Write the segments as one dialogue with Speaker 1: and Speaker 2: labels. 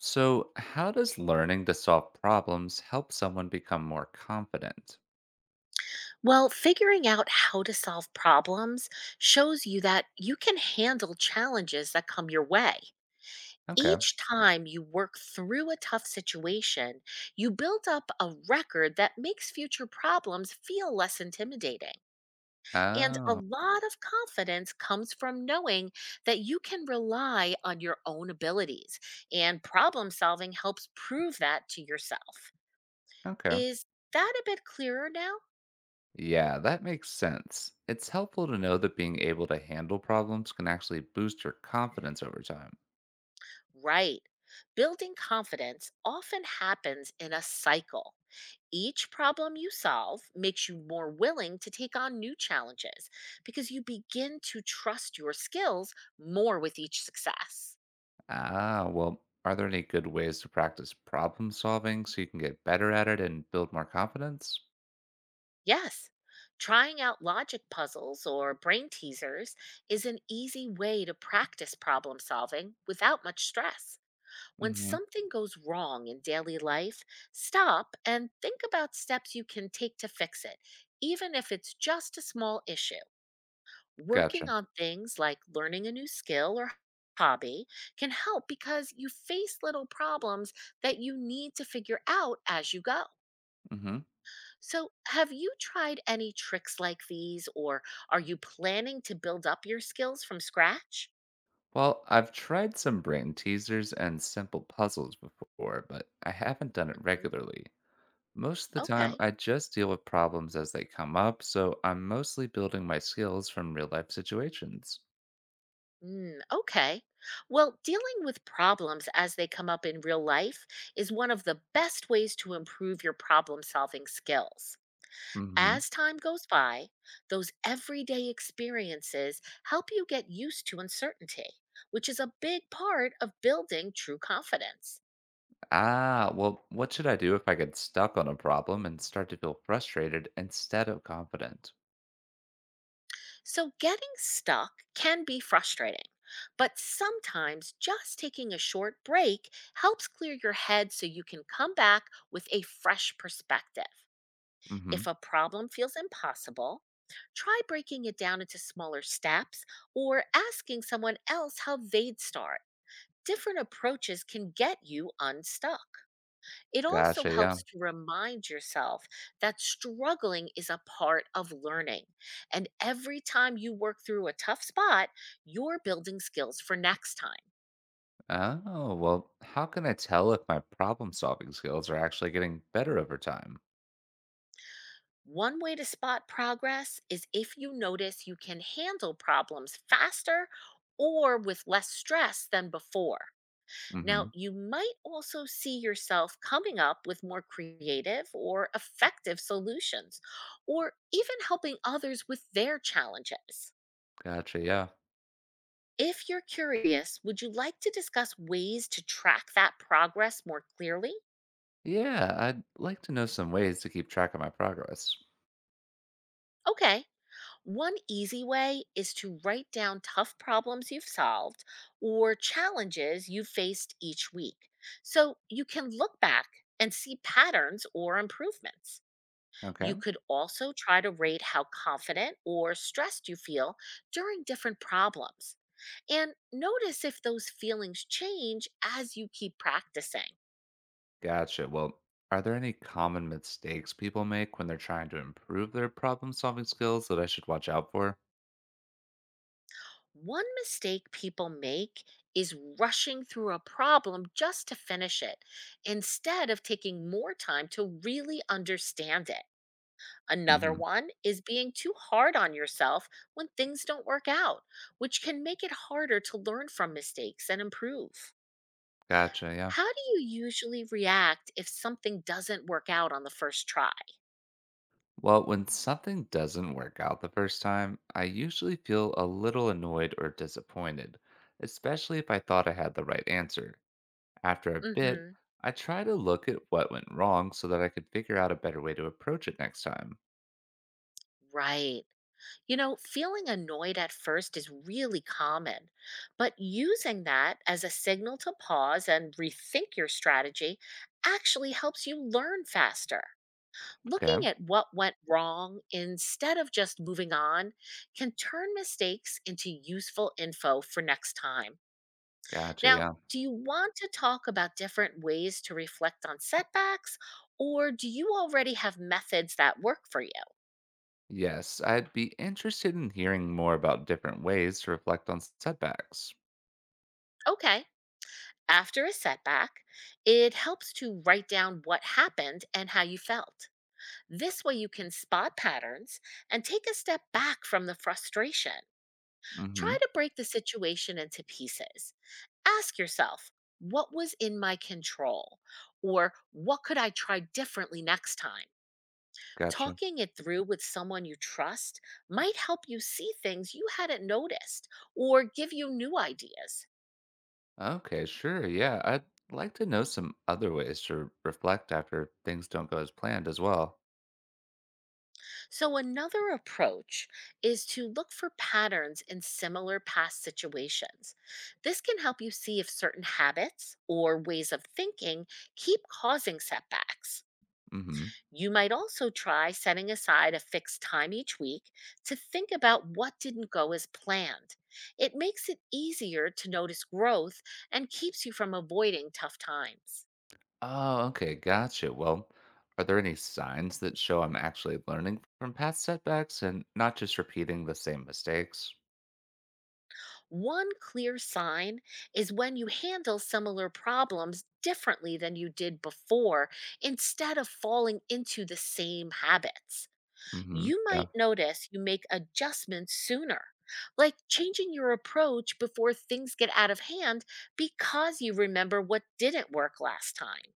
Speaker 1: So, how does learning to solve problems help someone become more confident?
Speaker 2: Well, figuring out how to solve problems shows you that you can handle challenges that come your way.
Speaker 1: Okay.
Speaker 2: Each time you work through a tough situation, you build up a record that makes future problems feel less intimidating. And a
Speaker 1: Oh,
Speaker 2: lot of confidence comes from knowing that you can rely on your own abilities, and problem solving helps prove that to yourself.
Speaker 1: okay.
Speaker 2: Is that a bit clearer now?
Speaker 1: Yeah, that makes sense. It's helpful to know that being able to handle problems can actually boost your confidence over time.
Speaker 2: Right. Building confidence often happens in a cycle. Each problem you solve makes you more willing to take on new challenges because you begin to trust your skills more with each success.
Speaker 1: Ah, well, are there any good ways to practice problem solving so you can get better at it and build more confidence?
Speaker 2: Yes, trying out logic puzzles or brain teasers is an easy way to practice problem solving without much stress. When
Speaker 1: Mm-hmm.
Speaker 2: something goes wrong in daily life, stop and think about steps you can take to fix it, even if it's just a small issue. Working
Speaker 1: Gotcha.
Speaker 2: on things like learning a new skill or hobby can help because you face little problems that you need to figure out as you go.
Speaker 1: Mm-hmm.
Speaker 2: So, have you tried any tricks like these, or are you planning to build up your skills from scratch?
Speaker 1: Well, I've tried some brain teasers and simple puzzles before, but I haven't done it
Speaker 2: hmm
Speaker 1: regularly. Most of the time,
Speaker 2: Okay.
Speaker 1: I just deal with problems as they come up, so I'm mostly building my skills from real life situations.
Speaker 2: Okay. Well, dealing with problems as they come up in real life is one of the best ways to improve your problem solving skills.
Speaker 1: Hmm.
Speaker 2: As time goes by, those everyday experiences help you get used to uncertainty, which is a big part of building true confidence.
Speaker 1: Ah, well, what should I do if I get stuck on a problem and start to feel frustrated instead of confident?
Speaker 2: So, getting stuck can be frustrating, but sometimes just taking a short break helps clear your head so you can come back with a fresh perspective.
Speaker 1: Hmm.
Speaker 2: If a problem feels impossible, try breaking it down into smaller steps or asking someone else how they'd start. Different approaches can get you unstuck. It also
Speaker 1: Gotcha, yeah.
Speaker 2: helps to remind yourself that struggling is a part of learning. And every time you work through a tough spot, you're building skills for next time.
Speaker 1: Oh, well, how can I tell if my problem solving skills are actually getting better over time?
Speaker 2: One way to spot progress is if you notice you can handle problems faster or with less stress than before. Now,
Speaker 1: Hmm.
Speaker 2: you might also see yourself coming up with more creative or effective solutions, or even helping others with their challenges.
Speaker 1: Gotcha, yeah.
Speaker 2: If you're curious, would you like to discuss ways to track that progress more clearly?
Speaker 1: Yeah, I'd like to know some ways to keep track of my progress.
Speaker 2: Okay. One easy way is to write down tough problems you've solved or challenges you've faced each week. So you can look back and see patterns or improvements. You
Speaker 1: Okay.
Speaker 2: could also try to rate how confident or stressed you feel during different problems. And notice if those feelings change as you keep practicing.
Speaker 1: Gotcha. Well, are there any common mistakes people make when they're trying to improve their problem solving skills that I should watch out for?
Speaker 2: One mistake people make is rushing through a problem just to finish it instead of taking more time to really understand it. Another
Speaker 1: Hmm.
Speaker 2: one is being too hard on yourself when things don't work out, which can make it harder to learn from mistakes and improve.
Speaker 1: Gotcha. Yeah.
Speaker 2: How do you usually react if something doesn't work out on the first try?
Speaker 1: Well, when something doesn't work out the first time, I usually feel a little annoyed or disappointed, especially if I thought I had the right answer. After a bit,
Speaker 2: Mhm.
Speaker 1: I try to look at what went wrong so that I could figure out a better way to approach it next time.
Speaker 2: Right. You know, feeling annoyed at first is really common, but using that as a signal to pause and rethink your strategy actually helps you learn faster. Looking
Speaker 1: Okay.
Speaker 2: at what went wrong instead of just moving on can turn mistakes into useful info for next time.
Speaker 1: Gotcha.
Speaker 2: Now,
Speaker 1: Yeah.
Speaker 2: do you want to talk about different ways to reflect on setbacks, or do you already have methods that work for you?
Speaker 1: Yes, I'd be interested in hearing more about different ways to reflect on setbacks.
Speaker 2: Okay. After a setback, it helps to write down what happened and how you felt. This way, you can spot patterns and take a step back from the frustration. Try
Speaker 1: Mm-hmm.
Speaker 2: to break the situation into pieces. Ask yourself, what was in my control? Or what could I try differently next time?
Speaker 1: Gotcha.
Speaker 2: Talking it through with someone you trust might help you see things you hadn't noticed or give you new ideas.
Speaker 1: Okay, sure. Yeah, I'd like to know some other ways to reflect after things don't go as planned as well.
Speaker 2: So, another approach is to look for patterns in similar past situations. This can help you see if certain habits or ways of thinking keep causing setbacks.
Speaker 1: Mm-hmm.
Speaker 2: You might also try setting aside a fixed time each week to think about what didn't go as planned. It makes it easier to notice growth and keeps you from avoiding tough times.
Speaker 1: Oh, okay, gotcha. Well, are there any signs that show I'm actually learning from past setbacks and not just repeating the same mistakes?
Speaker 2: One clear sign is when you handle similar problems differently than you did before instead of falling into the same habits.
Speaker 1: Mm-hmm.
Speaker 2: You
Speaker 1: Yeah.
Speaker 2: might notice you make adjustments sooner, like changing your approach before things get out of hand because you remember what didn't work last time.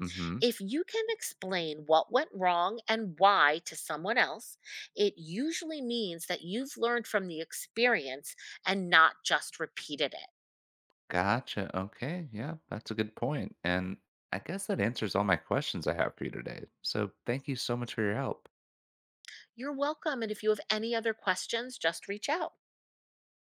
Speaker 1: Mm-hmm.
Speaker 2: If you can explain what went wrong and why to someone else, it usually means that you've learned from the experience and not just repeated it.
Speaker 1: Gotcha. Okay. Yeah, that's a good point. And I guess that answers all my questions I have for you today. So thank you so much for your help.
Speaker 2: You're welcome. And if you have any other questions, just reach out.